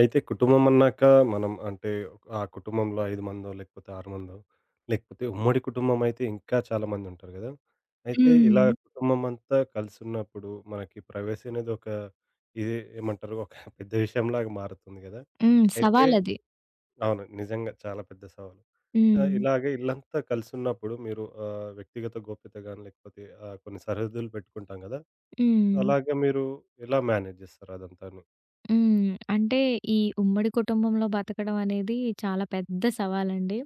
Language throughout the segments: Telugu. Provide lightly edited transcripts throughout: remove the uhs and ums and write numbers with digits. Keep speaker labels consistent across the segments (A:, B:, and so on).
A: అయితే కుటుంబం అన్నాక మనం అంటే ఆ కుటుంబంలో 5 మందో, లేకపోతే 6 మందో, లేకపోతే ఉమ్మడి కుటుంబం అయితే ఇంకా చాలామంది ఉంటారు గదా! అయితే ఇలా
B: హ్మ్.
A: కుటుంబం అంతా కలిసున్నప్పుడు మనకి ప్రైవసీ అనేది ఒక ఇది ఏమంటారు ఒక పెద్ద విషయంలాగా మారుతుంది గదా!
B: హ్మ్.
A: అయితే
B: సవాలది.
A: అవును. నిజంగా చాలా పెద్ద సవాలు.
B: హ్మ్.
A: ఇలాగే ఇల్లంతా కలిసున్నప్పుడు మీరు వ్యక్తిగత గోప్యత గాని, లేకపోతే కొన్ని సరిహద్దులు పెట్టుకుంటాం గదా!
B: హ్మ్.
A: అలాగే మీరు ఎలా మేనేజ్ జేస్తారు అదంతాను?
B: హ్మ్. అంటే ఈ ఉమ్మడి కుటుంబంలో బతకడం అనేది చాలా పెద్ద సవాలండి.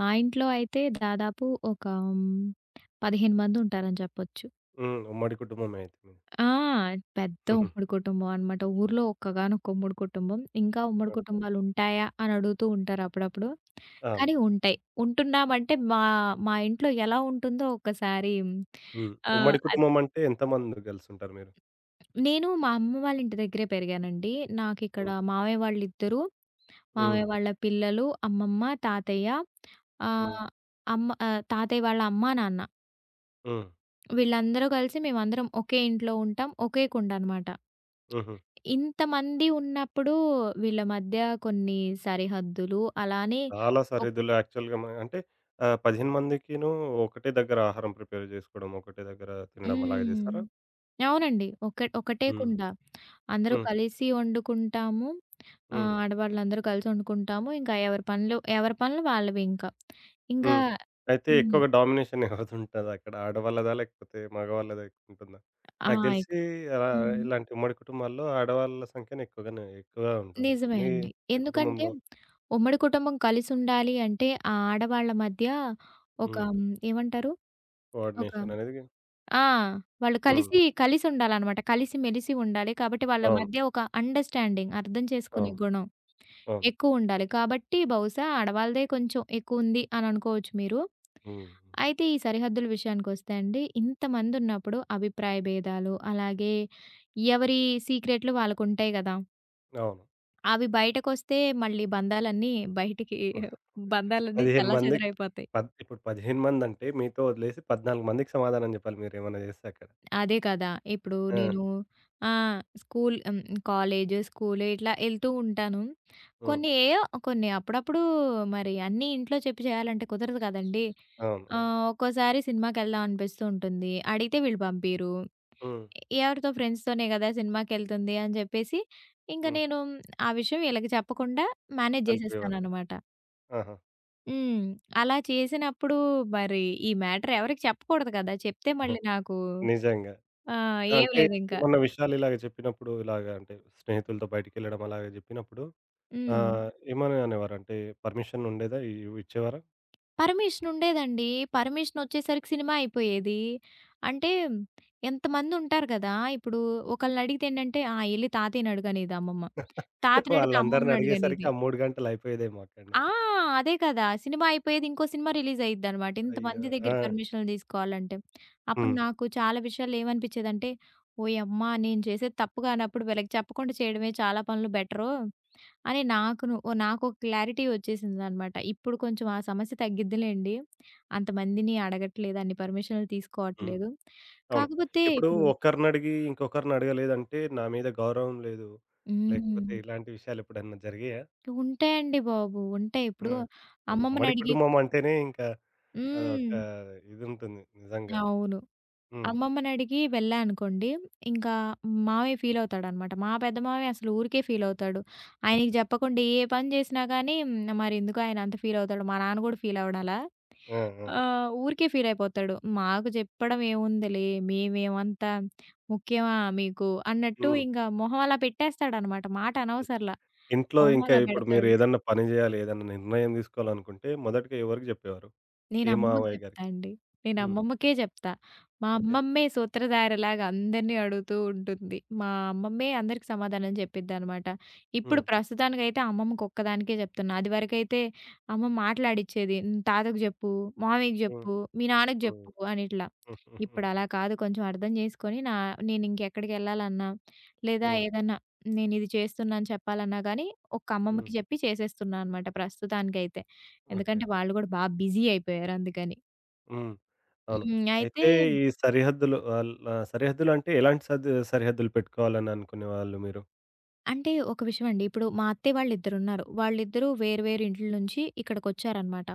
B: మా ఇంట్లో అయితే దాదాపు ఒక 15 మందుంటారని చెప్పొచ్చు.
A: హ్మ్. ఉమ్మడి కుటుంబమే అయితే.
B: ఆ! పెద్ద
A: హుహు.
B: ఉమ్మడి కుటుంబం అన్నమాట. ఊర్లో ఒక్కగానొక్క ఉమ్మడి కుటుంబం. ఇంకా ఉమ్మడి
A: ఓకే.
B: కుటుంబాలుంటాయా అని అడుగుతూ ఉంటారు అప్పుడప్పుడు.
A: ఆ!
B: కానీ ఉంటాయి. ఉంటున్నామంటే మా మా ఇంట్లో ఎలా ఉంటుందో ఒక్కసారి
A: హ్మ్.
B: ఆహ్,
A: ఉమ్మడి కుటుంబం అంటే ఎంతమంది కలిసుంటారు మీరు?
B: నేను మా అమ్మ వాళ్ళ ఇంటి దగ్గరే పెరిగానండి. నాకిక్కడ
A: హ్మ్.
B: మావయ్య వాళ్ళిద్దరు,
A: హ్మ్.
B: మావయ్య వాళ్ళ పిల్లలు, అమ్మమ్మ, తాతయ్య
A: హ్మ్.
B: ఆహ్, అమ్మ తాతయ్య వాళ్ళ అమ్మా, నాన్న
A: హ్మ్.
B: వీళ్ళందరూ కలిసి మేమందరం ఒకే ఇంట్లో ఉంటాం. ఒకే కుండ అనమాట.
A: హుహు.
B: ఇంతమంది ఉన్నప్పుడు వీళ్ళ మధ్య కొన్ని సరిహద్దులు అలానే
A: చాలా
B: ఒక్
A: సరిహద్దులు యాక్చువల్‌గా అంటే 15 మందికిను ఒకటే దగ్గర ఆహారం ప్రిపేర్ జేసుకోవడం, ఒకటే దగ్గర తినడం అలాగే
B: హ్మ్.
A: జేస్తారా?
B: అవునండి. ఒకటే
A: హ్మ్.
B: కుండ. అందరూ
A: హ్మ్.
B: కలిసి వండుకుంటాము.
A: హ్మ్.
B: ఆడవాళ్ళందరూ కలిసి వండుకుంటాము. ఇంకా ఎవరి పనులు ఎవరి పనులు వాళ్ళవి ఇంకా. ఇంకా
A: హ్మ్. అయితే
B: హ్మ్.
A: ఎక్కువగా డామినేషన్ ఎవరిదుంటదక్కడ? ఆడవాళ్ళదా? లేకపోతే మగవాళ్ళదా ఎక్కువుంటుందా?
B: ఆ!
A: నాకు
B: ఎక్
A: దెలిసి
B: హ్మ్.
A: ఇలాంటి ఉమ్మడి కుటుంబాల్లో ఆడవాళ్ళ సంఖ్యనే ఎక్కువగా ఉంటుంది.
B: నిజమే
A: మీ
B: అండి.
A: మీ
B: ఎందుకంటే
A: కుటుంబంలో
B: ఉమ్మడి కుటుంబం కలిసుండాలి అంటే, ఆ ఆడవాళ్ళ మధ్య ఒక
A: హ్మ్.
B: ఏమంటారు? ఒక
A: కోఆర్డినేషన్ అనేది
B: ఆ! వాళ్ళు
A: హ్మ్.
B: కలిసుండాలనమాట. కలిసిమెలిసి ఉండాలి. కాబట్టి వాళ్ళ
A: అవును.
B: మధ్య ఒక అండర్‌స్టాండింగ్ అర్థం చేసుకునే
A: అవును.
B: గుణం
A: అవును.
B: ఎక్కువుండాలి. కాబట్టి బహుశా ఆడవాళ్ళదే కొంచెం ఎక్కువుంది అని అనుకోవచ్చు మీరు.
A: హ్మ్.
B: అయితే ఈ సరిహద్దుల విషయానికొస్తే అండి, ఇంతమందున్నప్పుడు అభిప్రాయ భేదాలు, అలాగే ఎవరి సీక్రెట్లు వాళ్ళకుంటాయి గదా!
A: అవును.
B: అవి బయటకొస్తే మళ్ళీ బయటికి బంధాలన్నీ
A: 15 మందికి
B: చెల్లాచెదరైపోతాయి.
A: ఇప్పుడు 15 మందంటే మీతో వదిలేసి 14 మందికి సమాధానం జెప్పాలి మీరేమన్నా జేస్తే అక్కడ.
B: అదే కదా! ఇప్పుడు
A: ఆ!
B: నేను ఆ! స్కూల్ హ్మ్. కాలేజ్, స్కూలు ఇట్లా ఎళ్తూ ఉంటాను.
A: హ్మ్.
B: కొన్ని ఏయో కొన్ని అప్పుడప్పుడు మరి అన్నీ ఇంట్లో చెప్పి చేయాలంటే కుదరదు కదండీ!
A: అవును. అవును.
B: ఒక్కోసారి సినిమాకెళ్దాం అనిపిస్తూ ఉంటుంది. అడిగితే వీళ్ళు పంపియరు.
A: హ్మ్.
B: ఎవరితో ఫ్రెండ్స్‌తోనే కదా సినిమాకెళ్తుంది అని చెప్పేసి, ఇంక
A: హ్మ్.
B: నేను ఆ విషయం వీళ్ళకి చెప్పకుండా మేనేజ్
A: వెళ్ళిపోయేవారు.
B: జేసేస్తాననమాట.
A: ఆహా!
B: హ్మ్. అలా చేసినప్పుడు మరి ఈ మ్యాటర్ ఎవరికీ చెప్పకూడదు కదా! చెప్తే మళ్ళీ నాకు
A: నిజంగా.
B: ఆ! ఏం
A: అంటే
B: లేదింక.
A: ఏమన్నా విషయాలు ఇలాగ చెప్పినప్పుడు ఇలాగ అంటే స్నేహితులతో బయటికెళ్ళడం అలాగ జెప్పినప్పుడు
B: హ్మ్.
A: ఆహ్, ఏమని అనేవారంటే పర్మిషన్ ఉండేదా? ఇచ్చేవారా?
B: పర్మిషన్ ఉండేదండి. పర్మిషన్ వచ్చేసరికి సినిమా అయిపోయేది. అంటే ఎంతమందుంటారు కదా! ఇప్పుడు ఒకళ్ళని అడిగితే ఏంటంటే, ఆ! ఎళ్లి తాతయ్యని అడుగు అనేది అమ్మమ్మ. తాతనడిగితే
A: వాళ్ళందరిని
B: అమ్మమ్మని అడుగు అనేది.
A: అడిగేసరికి ఆ 3 గంటలు అయిపోయేదేమో అక్కడనే.
B: ఆ! అదే కదా! సినిమా అయిపోయేది ఇంకో సినిమా రిలీజ్ అయ్యిద్దనమాట.
A: అయ్యో!
B: ఇంతమంది దగ్గర
A: ఆ!
B: పర్మిషన్‌లు తీసుకోవాలంటే. అప్పుడు
A: హ్మ్.
B: నాకు చాలా విషయాల్లో ఏమనిపిచ్చేదంటే, ఓయమ్మా! నేను చేసేది తప్పు కానప్పుడు వీళ్ళకి చెప్పకుండా చేయడమే చాలా పనులు బెటరు అని నాకును ఓ నాకొక క్లారిటీ వచ్చేసిందనమాట. ఇప్పుడు కొంచెం ఆ సమస్య తగ్గిద్దిలెండి. అంతమందిని అడగట్లేదు, అన్ని పర్మిషన్‌లు
A: హ్మ్.
B: తీసుకోవట్లేదు.
A: అవును.
B: కాకపోతే
A: ఇప్పుడు
B: ఇప్పుడు
A: ఒక్కరినడిగి ఇంకొకరిని అడగలేదంటే నా మీద గౌరవం లేదు.
B: హ్మ్.
A: లేకపోతే ఇలాంటి విషయాలు ఎప్పుడన్నా జరిగాయా?
B: ఉంటాయండి బాబు. ఉంటాయి.
A: ఆ!
B: ఇప్పుడు
A: ఒక ఉమ్మడి
B: అమ్మమ్మనడిగి
A: కుటుంబం అంటేనే ఇంకా అదొక
B: హ్మ్.
A: ఇదుంటుంది నిజంగా.
B: అవును.
A: హ్మ్.
B: అమ్మమ్మనడిగి వెళ్ళా అనుకోండి, ఇంకా మావయ్య ఫీలవుతాడనమాట. మా పెద్ద మావయ్య అసలు ఊరికే ఫీలవుతాడు. ఆయనకి జెప్పకుండా ఏ పని జేసినా గానీ, మరెందుకు ఆయన అంత ఫీలవుతాడు, మా నాన్న గూడా ఫీలవ్వడాలా,
A: ఆ! ఆ!
B: ఊరికే ఫీలయిపోతాడు. మాకు జెప్పడం ఏముందిలే, మేమేమంత ముఖ్యమా మీకు అన్నట్టు
A: హ్మ్.
B: ఇంక మొహం అలా పెట్టేస్తాడనమాట. మాట అనవసరలా.
A: ఇంట్లో
B: మొహం
A: ఇంకా
B: అలా
A: ఇప్పుడు మీరు
B: పెడతాడు.
A: ఏదన్నా పని జేయాలి, ఏదన్నా నిర్ణయం తీసుకోవాలనుకుంటే మొదటగా ఎవరికి జెప్పేవారు?
B: నేను
A: ఏ
B: అమ్మమ్మకి
A: మావయ్య
B: చెప్తా
A: గారికి?
B: అండి. నేను
A: హ్మ్.
B: అమ్మమ్మకే చెప్తా. మా
A: ఓకే.
B: అమ్మమ్మే సూత్రధారలాగా అందరిని అడుగుతూ ఉంటుంది. మా అమ్మమ్మే అందరికి సమాధానం చెప్పిద్దనమాట. ఇప్పుడు
A: హ్మ్.
B: ప్రస్తుతానికైతే అమ్మమ్మకొక్కదానికే చెప్తున్నా. అదివరకైతే అమ్మ మాట్లాడిచ్చేది. "హ్మ్. తాతకు జెప్పు, మామయ్యకి
A: హ్మ్.
B: జెప్పు, మీ నాన్నకి
A: హ్మ్.
B: జెప్పు" అని ఇట్లా. ఇప్పుడలా కాదు కొంచెం అర్థం చేసుకొని నేనింకెక్కడికెళ్ళాలన్నా, లేదా
A: హ్మ్.
B: ఏదన్నా నేనిది చేస్తున్నాను చెప్పాలన్నా గానీ, ఒక్క అమ్మమ్మకి
A: హ్మ్.
B: చెప్పి చేసేస్తున్నా అనమాట ప్రస్తుతానికైతే.
A: ఓకే.
B: ఎందుకంటే వాళ్ళు గూడా బా బిజీ అయిపోయారు అందుకని.
A: హ్మ్. అవును.
B: హ్మ్. అయితే
A: అయితే ఈ సరిహద్దులు సరిహద్దులు అంటే ఎలాంటి సరిహద్దులు పెట్టుకోవాలని అనుకునేవాళ్ళు మీరు?
B: అంటే ఒక విషయం అండి. ఇప్పుడు మా అత్తయ్య వాళ్ళిద్దరున్నారు. వాళ్ళిద్దరూ వేరు వేరు ఇంట్ల నుంచి ఇక్కడికొచ్చారనమాట.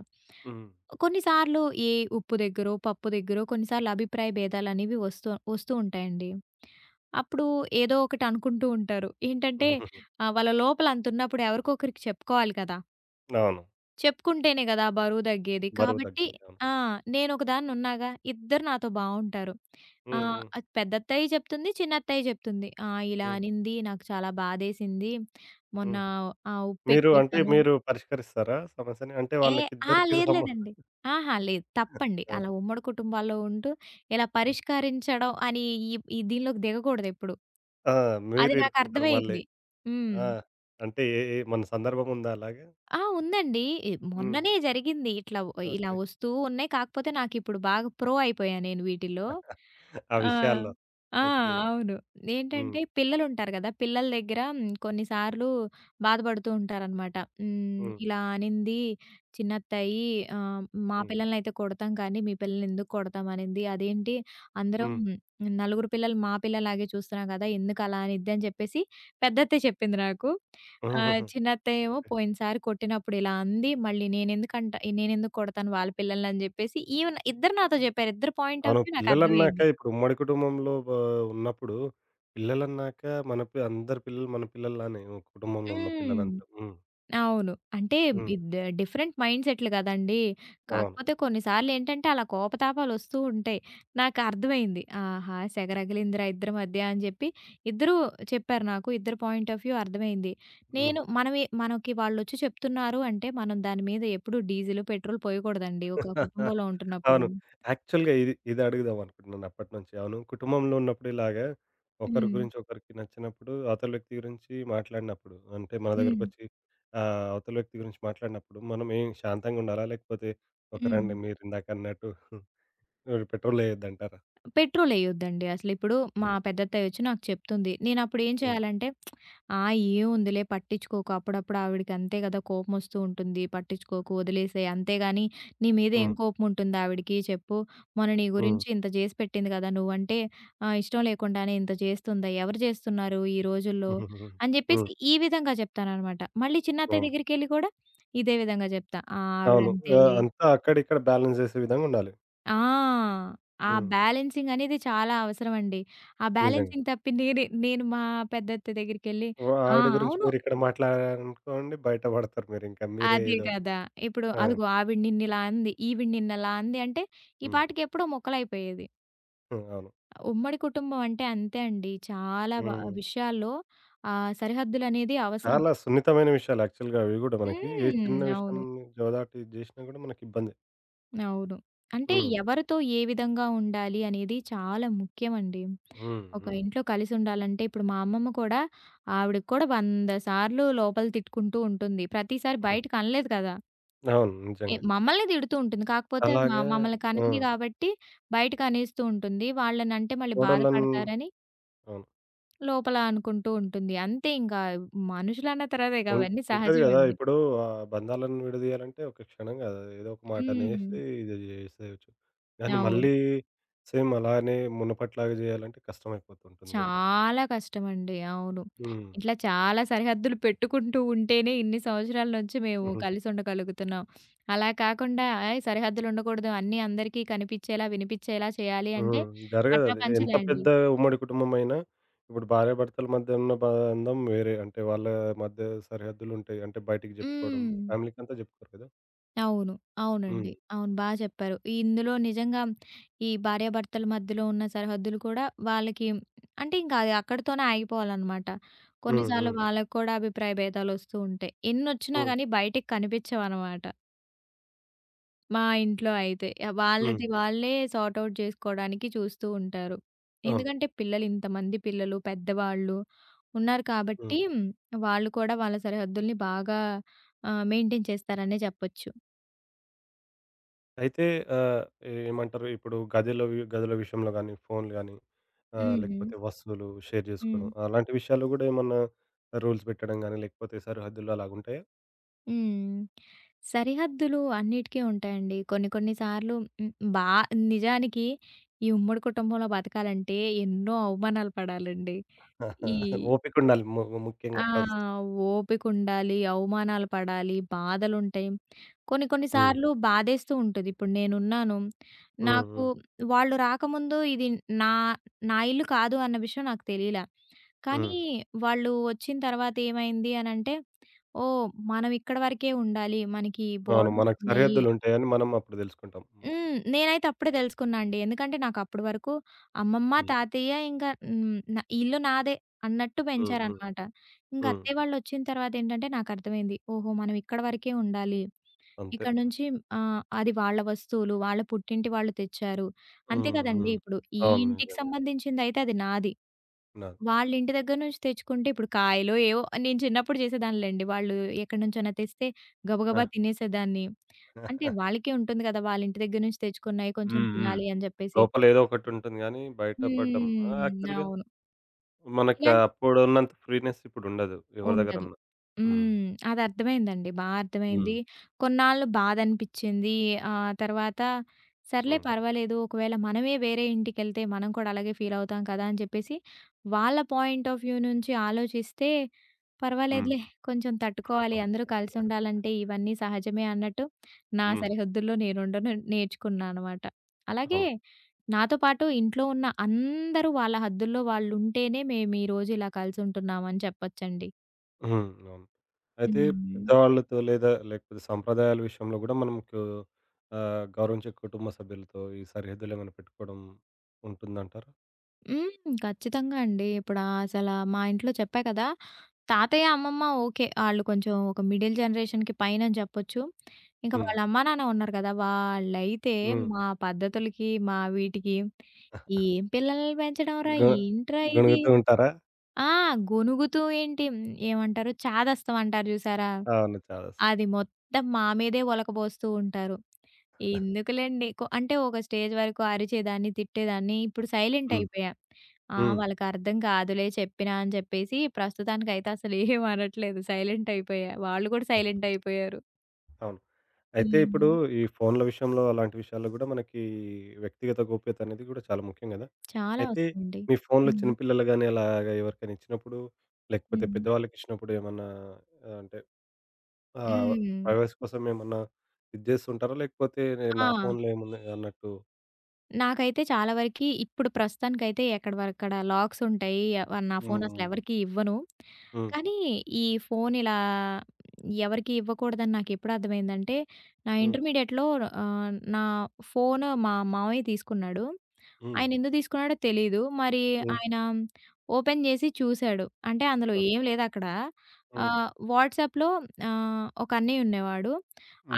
A: హ్మ్.
B: కొన్నిసార్లు ఏ ఉప్పు దగ్గరో, పప్పు దగ్గరో కొన్నిసార్లు అభిప్రాయ భేదాలనేవి వస్తూ వస్తూ ఉంటాయండి. అప్పుడు ఏదో ఒకటి అనుకుంటూ ఉంటారు. ఏంటంటే వాళ్ళ లోపల అంతున్నప్పుడు ఎవరికో ఒకరికి చెప్పుకోవాలి కదా!
A: అవును.
B: చెప్పుకుంటేనే గదా! ఆ బరువు తగ్గేది.
A: బరువు
B: కాబట్టి
A: తగ్గేది. అవును.
B: ఆ! నేనొకదాన్ని ఉన్నాగా, ఇద్దరు నాతో బావుంటారు.
A: హ్మ్. హ్మ్.
B: అది పెద్దత్తయ్య చెప్తుంది, చిన్నత్తయ్య చెప్తుంది. "ఆ! ఇలా
A: హ్మ్.
B: అనింది, నాకు చాలా బాధేసింది. మొన్న
A: హ్మ్.
B: ఉప్పెక్కువేశాను."
A: మీరు పరిష్కరిస్తారా సమస్యని? అంటే
B: ఏ ఆ!
A: వాళ్ళకిద్దరికీ
B: లేదు
A: సమ
B: లేదండి. ఆహా! లేదు. తప్పండి.
A: ఆ!
B: అలా ఉమ్మడి కుటుంబాల్లో ఉంటూ ఇలా
A: హ్మ్.
B: పరిష్కరించడం అని ఈ ఈ దీనిలోకి దిగకూడదెప్పుడు.
A: ఆ!
B: అది
A: మీరు ఇరుక్కుంటారు మళ్ళీ.
B: నాకర్థమయింది. హ్మ్.
A: ఆ! అంటే ఏ ఏ మన సందర్భం ఉందా అలాగా?
B: ఆ! ఉందండి.
A: హ్మ్.
B: మొన్ననే జరిగింది. ఇట్లా వ ఇలా
A: ఓకే.
B: వస్తూ ఉన్నాయి. కాకపోతే నాకిప్పుడు బాగా ప్రో అయిపోయా నేను వీటిలో.
A: ఆ
B: ఆ!
A: విషయాల్లో.
B: ఆ!
A: ఓకే.
B: అవును.
A: హ్మ్.
B: ఏంటంటే పిల్లలుంటారు గదా! పిల్లల దగ్గర కొన్నిసార్లు బాధపడుతూ ఉంటారనమాట.
A: హ్మ్.
B: ఇలా అనింది చిన్నత్తయి ఆహ్, మా
A: హ్మ్.
B: పిల్లలనైతే కొడతాం కానీ, మీ పిల్లల్ని ఎందుకు కొడతాం అనింది. అదేంటి అందరం నలుగురు పిల్లలు మా పిల్లలాగే చూస్తున్నాం గదా! ఎందుకలా అనిద్దని చెప్పేసి పెద్దత్తే చెప్పింది నాకు. ఆ!
A: హ్మ్.
B: చిన్నత్తయ్య ఏమో పోయినసారి కొట్టినప్పుడు ఇలా అంది. మళ్ళీ నేనెందుకు కొడతాను వాళ్ళ పిల్లలని అని జెప్పేసి ఈమె ఇద్దరు నాతో జెప్పారు. ఇద్దరి పాయింట్ ఆఫ్
A: అవును.
B: వ్యూ
A: పిల్లలన్నాక
B: నాకర్థమైంది.
A: ఇప్పుడు ఉమ్మడి కుటుంబంలో ఉన్నప్పుడు పిల్లలన్నాక మన అందరి పిల్లలు మన పిల్లల్లానే కుటుంబంలో ఉన్న
B: హ్మ్.
A: పిల్లలంతా. హ్మ్.
B: అవును. అంటే
A: హ్మ్.
B: డిఫరెంట్ మైండ్‌సెట్లు గదండీ!
A: అవును.
B: కాకపోతే కొన్నిసార్లు ఏంటంటే అలా కోపతాపాలొస్తూ ఉంటాయి. నాకర్థమైంది. ఆహా! సెగరగిలిందిరా ఇద్దరి మధ్య అని జెప్పి ఇద్దరూ చెప్పారు నాకు. ఇద్దరి పాయింట్ ఆఫ్ వ్యూ అర్థమైంది.
A: హ్మ్.
B: నేను మనమే మనకి వాళ్ళొచ్చి చెప్తున్నారు అంటే మనం దాని మీద ఎప్పుడూ డీజిలు, పెట్రోల్ పోయకూడదండి ఒక కుటుంబంలో ఉంటున్నప్పుడు.
A: అవును. యాక్చువల్‌గా ఇది ఇది అడుగుదాం అనుకుంటున్నాను అప్పటి నుంచి. అవును. కుటుంబంలో ఉన్నప్పుడు ఇలాగా ఒకరి
B: హ్మ్.
A: గురించి ఒకరికి నచ్చినప్పుడు అవతల వ్యక్తి గురించి మాట్లాడినప్పుడు అంటే మన
B: హ్మ్.
A: దగ్గరకొచ్చి అవతల వ్యక్తి గురించి మాట్లాడినప్పుడు మనం ఏం శాంతంగా ఉండాలా? లేకపోతే ఒక
B: హ్మ్.
A: రండి మీరిందాకన్నట్టు పెట్రోల్ ఎయొద్దంటారా?
B: పెట్రోలెయొద్దండి అసలు. ఇప్పుడు మా పెద్దత్తయ్యొచ్చి నాకు చెప్తుంది. నేనప్పుడు ఏం
A: హ్మ్.
B: చేయాలంటే ఆ! ఏముందిలే పట్టించుకోకు. అప్పుడప్పుడు ఆవిడకి అంతే గదా! కోపమొస్తూ ఉంటుంది. పట్టించుకోకు, వదిలేసేయి. అంతేగాని నీ మీద ఏం
A: హ్మ్.
B: కోపముంటుంది ఆవిడకి చెప్పు? మొన్న నీ
A: హ్మ్.
B: గురించి ఇంత చేసి పెట్టింది కదా! నువ్వంటే ఇష్టం లేకుండానే ఇంత చేస్తుందా? ఎవరు చేస్తున్నారు ఈ రోజుల్లో?
A: హుహుహు. హ్మ్.
B: అని చెప్పేసి
A: హ్మ్.
B: ఈ విధంగా చెప్తాననమాట. మళ్ళీ చిన్నత్తయ్య
A: అవును.
B: దగ్గరికెళ్ళి కూడా ఇదే విధంగా చెప్తా. ఆ!
A: అవును.
B: ఆవిడంతేలే.
A: అంతా అక్కడిక్కడ బ్యాలెన్స్ చేసే విధంగా ఉండాలి.
B: ఆ! ఆ
A: హ్మ్.
B: బ్యాలెన్సింగ్ అనేది చాలా అవసరమండి. ఆ
A: నిజంగా.
B: బ్యాలెన్సింగ్ తప్పి నేను మా పెద్దత్తయ్య దగ్గరికెళ్ళి
A: ఓహ్!
B: ఆ!
A: ఆవిడ గురించి
B: అవును.
A: మీరిక్కడ మాట్లాడారనుకోండి బయట పడతారు మీరింకా. మీరే
B: అదే
A: ఏదో
B: కదా! ఇప్పుడు
A: ఆ!
B: అదిగో ఆవిడ నిన్నిలా అంది, ఈవిడ నిన్నలా అంది అంటే, ఈ
A: హ్మ్.
B: పాటికి ఎప్పుడో మొక్కలైపోయేది.
A: హ్మ్. అవును.
B: ఉమ్మడి కుటుంబం అంటే అంతే అండి. చాలా బ
A: హ్మ్.
B: విషయాల్లో సరిహద్దులనేది అవసరం.
A: చాలా సున్నితమైన విషయాలు యాక్చువల్‌గా అవి గూడా మనకి. ఏ చిన్న
B: హ్మ్.
A: విషయం
B: అవును.
A: జోదాటి చేసినా గూడా మనకి ఇబ్బందే.
B: అవును. అంటే
A: హ్మ్.
B: ఎవరితో ఏ విధంగా ఉండాలి అనేది చాలా ముఖ్యమండి.
A: హ్మ్.
B: ఒక
A: హ్మ్.
B: ఇంట్లో కలిసుండాలంటే ఇప్పుడు మా అమ్మమ్మ కూడా ఆవిడకి కూడా 100 సార్లు లోపల తిట్టుకుంటూ ఉంటుంది. ప్రతిసారి బయటకనలేదు కదా!
A: అవును.
B: ఏ
A: నిజంగా.
B: మమ్మల్ని తిడుతూ ఉంటుంది. కాకపోతే
A: అలాగే
B: మమ్మల్ని
A: ఆ!
B: కనింది గాబట్టి, బయటకి అనేస్తూ ఉంటుంది. వాళ్ళనంటే మళ్ళీ
A: కోడళ్ళని
B: బాధపడతారని
A: అవును.
B: లోపల అనుకుంటూ ఉంటుంది. అంతే ఇంకా మనుషులన్న తర్వాత ఇక
A: ఉం
B: అవన్నీ
A: ఉంటది గదా!
B: సహజమండి.
A: ఇప్పుడు ఆ బంధాలను విడదీయాలంటే ఒక క్షణం గాదు. ఏదో ఒక
B: హ్మ్.
A: మాటనేసి ఇది జేసేయొచ్చు. కానీ
B: అవును.
A: మళ్ళీ సేమ్ అలానే మునుపట్లాగా జేయాలంటే కష్టమైపోతుంటుంది గదా!
B: చాలా కష్టమండి. అవును.
A: హ్మ్.
B: ఇట్లా చాలా సరిహద్దులు పెట్టుకుంటూ ఉంటేనే ఇన్ని సంవత్సరాల నుంచి మేము
A: హుహు.
B: కలిసుండగలుగుతున్నాం. అలా కాకుండా ఏయ్! సరిహద్దులుండకూడదు. అన్నీ అందరికీ కనిపిచ్చేలా, వినిపిచ్చేలా చేయాలి అంటే
A: హ్మ్. జరగదది. ఎంత
B: పటాపంచలే అండి.
A: పెద్ద ఉమ్మడి కుటుంబమైనా ఇప్పుడు భార్యాభర్తల మధ్య ఉన్న బంధం వేరే. అంటే వాళ్ళ మధ్య సరిహద్దులుంటాయి. అంటే బయటికి జెప్పుకోవడం.
B: హ్మ్.
A: ఫ్యామిలీకంతా జెప్పుకోరు కదా!
B: అవును. అవునండి.
A: హ్మ్.
B: అవును. బా చెప్పారు. ఇందులో నిజంగా ఈ భార్యాభర్తల మధ్యలో ఉన్న సరిహద్దులు కూడా వాళ్ళకి అంటే ఇంకా అది అక్కడితోనే ఆగిపోవాలనమాట.
A: హ్మ్.
B: కొన్నిసార్లు
A: హ్మ్.
B: వాళ్ళకి కూడా అభిప్రాయ భేదాలొస్తూ ఉంటాయి. ఎన్నొచ్చినా
A: హ్మ్.
B: గానీ బయటికి కనిపించవనమాట. మా ఇంట్లో అయితే.
A: హ్మ్.
B: వాళ్ళది వాళ్ళే సార్ట్ ఔట్ చేసుకోవడానికి చూస్తూ ఉంటారు.
A: అవును.
B: ఎందుకంటే ఇంతమంది పిల్లలు, పెద్దవాళ్ళు ఉన్నారు
A: హ్మ్.
B: కాబట్టి వాళ్ళు కూడా వాళ్ళ సరిహద్దుల్ని బాగా మెయింటైన్ చేస్తారనే చెప్పొచ్చు.
A: అయితే ఆహ్, ఏమంటారు ఇప్పుడు గదిలో గదుల విషయంలో గానీ, ఫోన్లు గానీ ఆ!
B: హ్మ్.
A: లేకపోతే వస్తువులు షేర్
B: హ్మ్.
A: జేసుకోవడం. అలాంటి విషయాల్లో గూడా ఏమన్నా రూల్స్ పెట్టడం గాని, లేకపోతే సరిహద్దులు అలాగుంటాయా? ఓపికుండాలి
B: హ్మ్. సరిహద్దులు అన్నిటికీ ఉంటాయండి. కొన్ని కొన్ని సార్లు హ్మ్, బా నిజానికి ఈ ఉమ్మడి కుటుంబంలో బతకాలంటే ఎన్నో అవమానాలు పడాలండి. ఈ ఆ!
A: ముఖ్యంగా ఫస్ట్.
B: ఓపికుండాలి, అవమానాలు పడాలి, బాధలుంటాయి. కొన్ని కొన్ని
A: హ్మ్.
B: సార్లు బాధేస్తూ ఉంటది. ఇప్పుడు నేనున్నాను.
A: హ్మ్.
B: నాకు
A: హ్మ్.
B: వాళ్ళు రాకముందు ఇది నా నా ఇల్లు కాదు అన్న విషయం నాకు తెలీలా. కానీ
A: హ్మ్.
B: వాళ్ళు వచ్చిన తర్వాత ఏమైంది అనంటే ఓహ్! మనం ఇక్కడ వరకే ఉండాలి. మనకి
A: అవును.
B: బోర్డర్స్
A: మనకు
B: ఉన్నాయి.
A: సరిహద్దులుంటాయని మనం అప్పుడు దెలుసుకుంటాం. మ
B: హ్మ్. నేనైతే అప్పుడే తెలుసుకున్నా అండి. ఎందుకంటే నాకప్పటి వరకు అమ్మమ్మ,
A: హ్మ్.
B: తాతయ్య ఇంకా హ్మ్. న ఈ ఇల్లు నాదే అన్నట్టు
A: హ్మ్. హ్మ్.
B: పెంచారనమాట. ఇంక
A: హ్మ్.
B: అత్తయ్య వాళ్ళొచ్చిన తర్వాతేంటంటే నాకర్థమైంది. ఓహో! మనం ఇక్కడ వరకే ఉండాలి.
A: అంతే.
B: ఇక్కడ నుంచి అది వాళ్ళ వస్తువులు, వాళ్ళ పుట్టింటి వాళ్ళు తెచ్చారు. అంతే
A: హ్మ్.
B: కదండీ!
A: హ్మ్.
B: ఇప్పుడు ఈ
A: అవును.
B: ఇంటికి
A: నిజంగా.
B: సంబంధించిందయితే అది నాది.
A: నాది.
B: వాళ్ళ ఇంటి దగ్గర నుంచి తెచ్చుకుంటే ఇప్పుడు కాయలో ఏవో నేను చిన్నప్పుడు చేసేదాన్నిలెండి. వాళ్ళు ఎక్కడి నుంచైనా తెస్తే
A: ఆ!
B: గబగబా తినేసేదాన్ని. అంటే వాళ్ళకే ఉంటుంది కదా! వాళ్ళ ఇంటి దగ్గర నుంచి తెచ్చుకున్నయి కొంచెం
A: హ్మ్. హ్మ్.
B: తినాలి అని జెప్పేసి.
A: లోపలేదో ఒకటుంటుంది గానీ, బయట పడ్డం ఆ!
B: హ్మ్.
A: యాక్చువల్‌గా
B: అవును.
A: మనకు
B: ఇలాంటి
A: అప్పుడున్నంత ఫ్రీనెస్ ఇప్పుడుండదు ఎవరి
B: ఉండదు.
A: దగ్గరన్నా. హ్మ్.
B: హ్మ్. అది అర్థమైందండి. బా
A: హ్మ్.
B: అర్థమైంది. కొన్నాళ్ళు బాధనిపిచ్చింది. తర్వాత సర్లే
A: హ్మ్.
B: పర్వాలేదు. ఒకవేళ మనమే వేరే ఇంటికెళ్తే మనం కూడా అలాగే ఫీల్ అవుతాం కదా! అని చెప్పేసి వాళ్ళ పాయింట్ ఆఫ్ వ్యూ నుంచి ఆలోచిస్తే
A: హ్మ్.
B: పర్వాలేదులే. కొంచెం తట్టుకోవాలి. అందరూ కలిసుండాలంటే ఇవన్నీ సహజమే అన్నట్టు నా
A: హ్మ్.
B: సరిహద్దుల్లో నేనుండను నేర్చుకున్నానమాట. అలాగే
A: అవును.
B: నాతో పాటు ఇంట్లో ఉన్న అందరూ వాళ్ళ హద్దుల్లో వాళ్ళుంటేనే మేమీరోజు ఇలా కలిసుంటున్నామని చెప్పొచ్చండి.
A: హ్మ్. అవును. అయితే
B: హ్మ్.
A: పెద్దవాళ్ళతో లేదా లేకపోతే సంప్రదాయాల విషయంలో గూడా మనకు గౌరవించే కుటుంబ సభ్యులతో ఈ సరిహద్దులేమైనా పెట్టుకోవడం ఉంటుందంటారా?
B: హ్మ్. ఖచ్చితంగా అండి. ఇప్పుడు అసల మా ఇంట్లో చెప్పా కదా! తాతయ్య, అమ్మమ్మ ఓకే. ఆళ్ళు కొంచెం ఒక మిడిల్ జనరేషన్‌కి పైనని జెప్పొచ్చు. ఇంకా
A: హ్మ్.
B: వాళ్ళ అమ్మా, నాన్న ఉన్నారు గదా! వాళ్ళైతే
A: హ్మ్.
B: మా పద్ధతులకి, మా వీటికి "ఏం పిల్లల్ని పెంచడంరా?
A: గ
B: ఏంట్రా ఇది?"
A: గొణుగుతూ ఉంటారా?
B: ఆ! గొణుగుతూ ఏంటి ఏమంటారు చాదస్తం అంటారు జూసారా?
A: అవును. చాలా స్
B: అది మొత్తం మా మీదే ఒలకబోస్తూ ఉంటారు. ఎందుకులెండి కొ అంటే ఒక స్టేజ్ వరకు అరిచేదాన్ని, తిట్టేదాన్ని. ఇప్పుడు సైలెంట్
A: హ్మ్.
B: అయిపోయా. ఆ!
A: హ్మ్.
B: వాళ్ళకర్థం కాదులే చెప్పినా అని చెప్పేసి ప్రస్తుతానికైతే అసలేం అనట్లేదు. సైలెంట్ అయిపోయా. వాళ్ళు కూడా సైలెంట్ అయిపోయారు.
A: అవును. అయితే ఇప్పుడు
B: హ్మ్.
A: ఈ ఫోన్ల విషయంలో అలాంటి విషయాల్లో గూడా మనకి వ్యక్తిగత గోప్యత అనేది గూడా చాలా ముఖ్యం గదా!
B: చాలా
A: అయితే
B: అవసరమండి.
A: మీ ఫోన్‌లో చిన్న
B: హ్మ్.
A: పిల్లలు గాని అలాగా ఎవరికైనా ఇచ్చినప్పుడు లేకపోతే
B: హ్మ్.
A: పెద్దవాళ్ళకి ఇచ్చినప్పుడు ఏమన్నా అంటే ఆ!
B: హ్మ్.
A: ప్రైవసీ కోసం ఏమన్నా ఇది జేస్తుంటారా? లేకపోతే నేను నా
B: ఆ!
A: ఫోన్‌లో ఏముంది అన్నట్టు
B: నాకైతే చాలా వరకి ఇప్పుడు ప్రస్తుతానికైతే ఎక్కడివక్కడ లాక్స్ ఉంటాయి. నా ఫోన్
A: హ్మ్.
B: అసలెవరికీ ఇవ్వను.
A: హ్మ్.
B: కానీ ఈ ఫోన్ ఇలా ఎవరికీ ఇవ్వకూడదని నాకెప్పుడు అర్థమైందంటే, నా
A: హ్మ్.
B: ఇంటర్మీడియేట్‌లో ఆహ్, నా ఫోన్ మా మామయ్య తీసుకున్నాడు.
A: హ్మ్.
B: ఆయన ఎందుకు తీసుకున్నాడో తెలీదు. మరి
A: హ్మ్. హ్మ్.
B: ఆయన ఓపెన్ చేసి చూసాడు. అంటే అందులో ఏం
A: ఓకే.
B: లేదక్కడ.
A: హ్మ్.
B: వాట్సాప్‌లో ఒక అన్నయ్య ఉండేవాడు.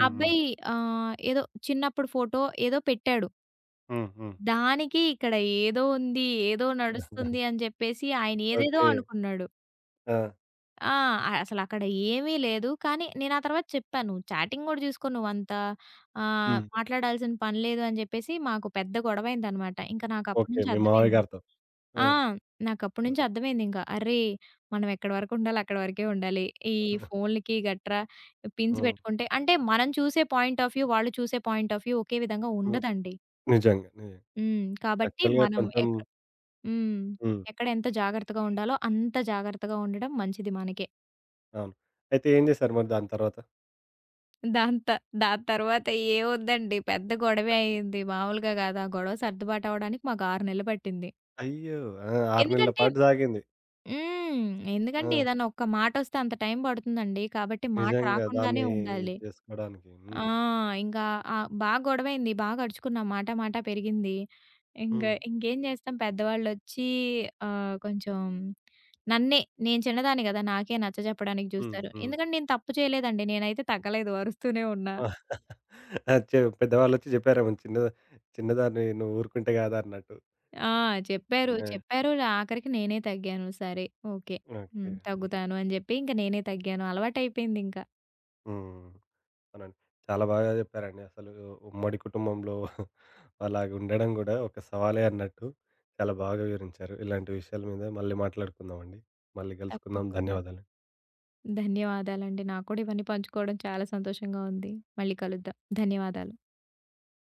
B: ఆ
A: హ్మ్.
B: అబ్బాయి ఆహ్, ఏదో తిన్నప్పుడు ఫోటో ఏదో పెట్టాడు.
A: హ్మ్. హ్మ్.
B: దానికి ఇక్కడ ఏదో ఉంది, ఏదో నడుస్తుంది అని జెప్పేసి ఆయన ఏదేదో
A: ఓకే.
B: అనుకున్నాడు.
A: ఆ!
B: ఆ! అసలక్కడ ఏమీ లేదు. కానీ నేను ఆ తర్వాత చెప్పాను. చాటింగ్ గూడా జూసుకో నువ్వంత
A: హ్మ్.
B: మాట్లాడాల్సిన పని లేదు అని జెప్పేసి మాకు పెద్ద గొడవయిందనమాట. ఇంక నాకప్పటి
A: ఓకే.
B: నుంచి
A: మీ మావయ్య
B: అర్థమైంది.
A: గారితో. ఆ!
B: ఆ! నాకప్పటి
A: ఆ!
B: నుంచి అర్థమైందింక. అరే! మనం ఎక్కడి వరకు ఉండాలో అక్కడి వరకే ఉండాలి. ఈ ఫోన్‌లకి గట్రా పిన్స్
A: హ్మ్.
B: పెట్టుకుంటే అంటే మనం చూసే పాయింట్ ఆఫ్ వ్యూ, వాళ్ళు చూసే పాయింట్ ఆఫ్ వ్యూ ఒకే విధంగా
A: హ్మ్.
B: ఉండదండి.
A: నిజంగా. నిజంగా.
B: హ్మ్. కాబట్టి
A: యాక్చువల్‌గా
B: మనం
A: కొంచెం
B: ఎక్క హ్మ్.
A: హ్మ్.
B: ఎక్కడ ఎంత జాగ్రత్తగా ఉండాలో అంత జాగ్రత్తగా ఉండడం మంచిది మనకే.
A: అవును. అయితే ఏం జేశారు మరి దాని తర్వాత?
B: దాంత దాని తర్వాత ఏముందండి పెద్ద గొడవే అయింది. మామూలుగా కాదు. ఆ గొడవ సర్దుబాటవ్వడానికి మాకు 6 నెలలు పట్టింది.
A: అయ్యో! ఆ! 6 నెలల
B: ఎందుకంటే
A: పాటు సాగింది.
B: హ్మ్. ఎందుకంటే
A: ఆ!
B: ఏదన్నా ఒక్క మాటొస్తే అంత టైం పడుతుందండి. కాబట్టి మాట
A: నిజంగా
B: రాకుండానే
A: దాన్ని ఇది
B: ఉండాలి.
A: చేసుకోవడానికి.
B: ఆ!
A: హ్మ్.
B: ఇంకా బాగా గొడవైంది. బాగా అరుచుకున్నాం. మాట మాట పెరిగింది. ఇంక
A: హ్మ్.
B: ఇంకేం చేస్తాం పెద్దవాళ్ళొచ్చి ఆహ్, కొంచెం నన్నే నేను చిన్నదాన్ని కదా! నాకే నచ్చజెప్పడానికి
A: హ్మ్.
B: చూస్తారు.
A: హ్మ్.
B: ఎందుకంటే నేను తప్పు చేయలేదండి. నేనైతే తగ్గలేదు అరుస్తూనే ఉన్నా.
A: ఆ! పెద్దవాళ్ళొచ్చి జెప్పారేమో చిన్నదానివి నువ్వు ఊరుకుంటే గాదు అన్నట్టు.
B: ఆ! చెప్పారు.
A: ఆ!
B: చెప్పారు. ఆఖరికి నేనే తగ్గాను. సరే. ఓకే. హ్మ్.
A: ఓకే. హ్మ్.
B: తగ్గుతాను అని చెప్పి ఇంక నేనే తగ్గాను. అలవాటయిపోయిందింక.
A: హ్మ్. అవునండి. చాలా బాగా జెప్పారండి. అసలు ఉమ్మడి కుటుంబంలో అలాగుండడం గూడా ఒక సవాలే అన్నట్టు చాలా బాగా వివరించారు. ఇలాంటి విషయాల మీద మళ్ళీ మాట్లాడుకుందామండి. మళ్ళీ గలుసుకుందాం.
B: తప్పకుండా.
A: ధన్యవాదాలు.
B: ధన్యవాదాలండి. నాకు కూడా ఇవన్నీ పంచుకోవడం చాలా సంతోషంగా ఉంది. మళ్ళీ కలుద్దాం. ధన్యవాదాలు.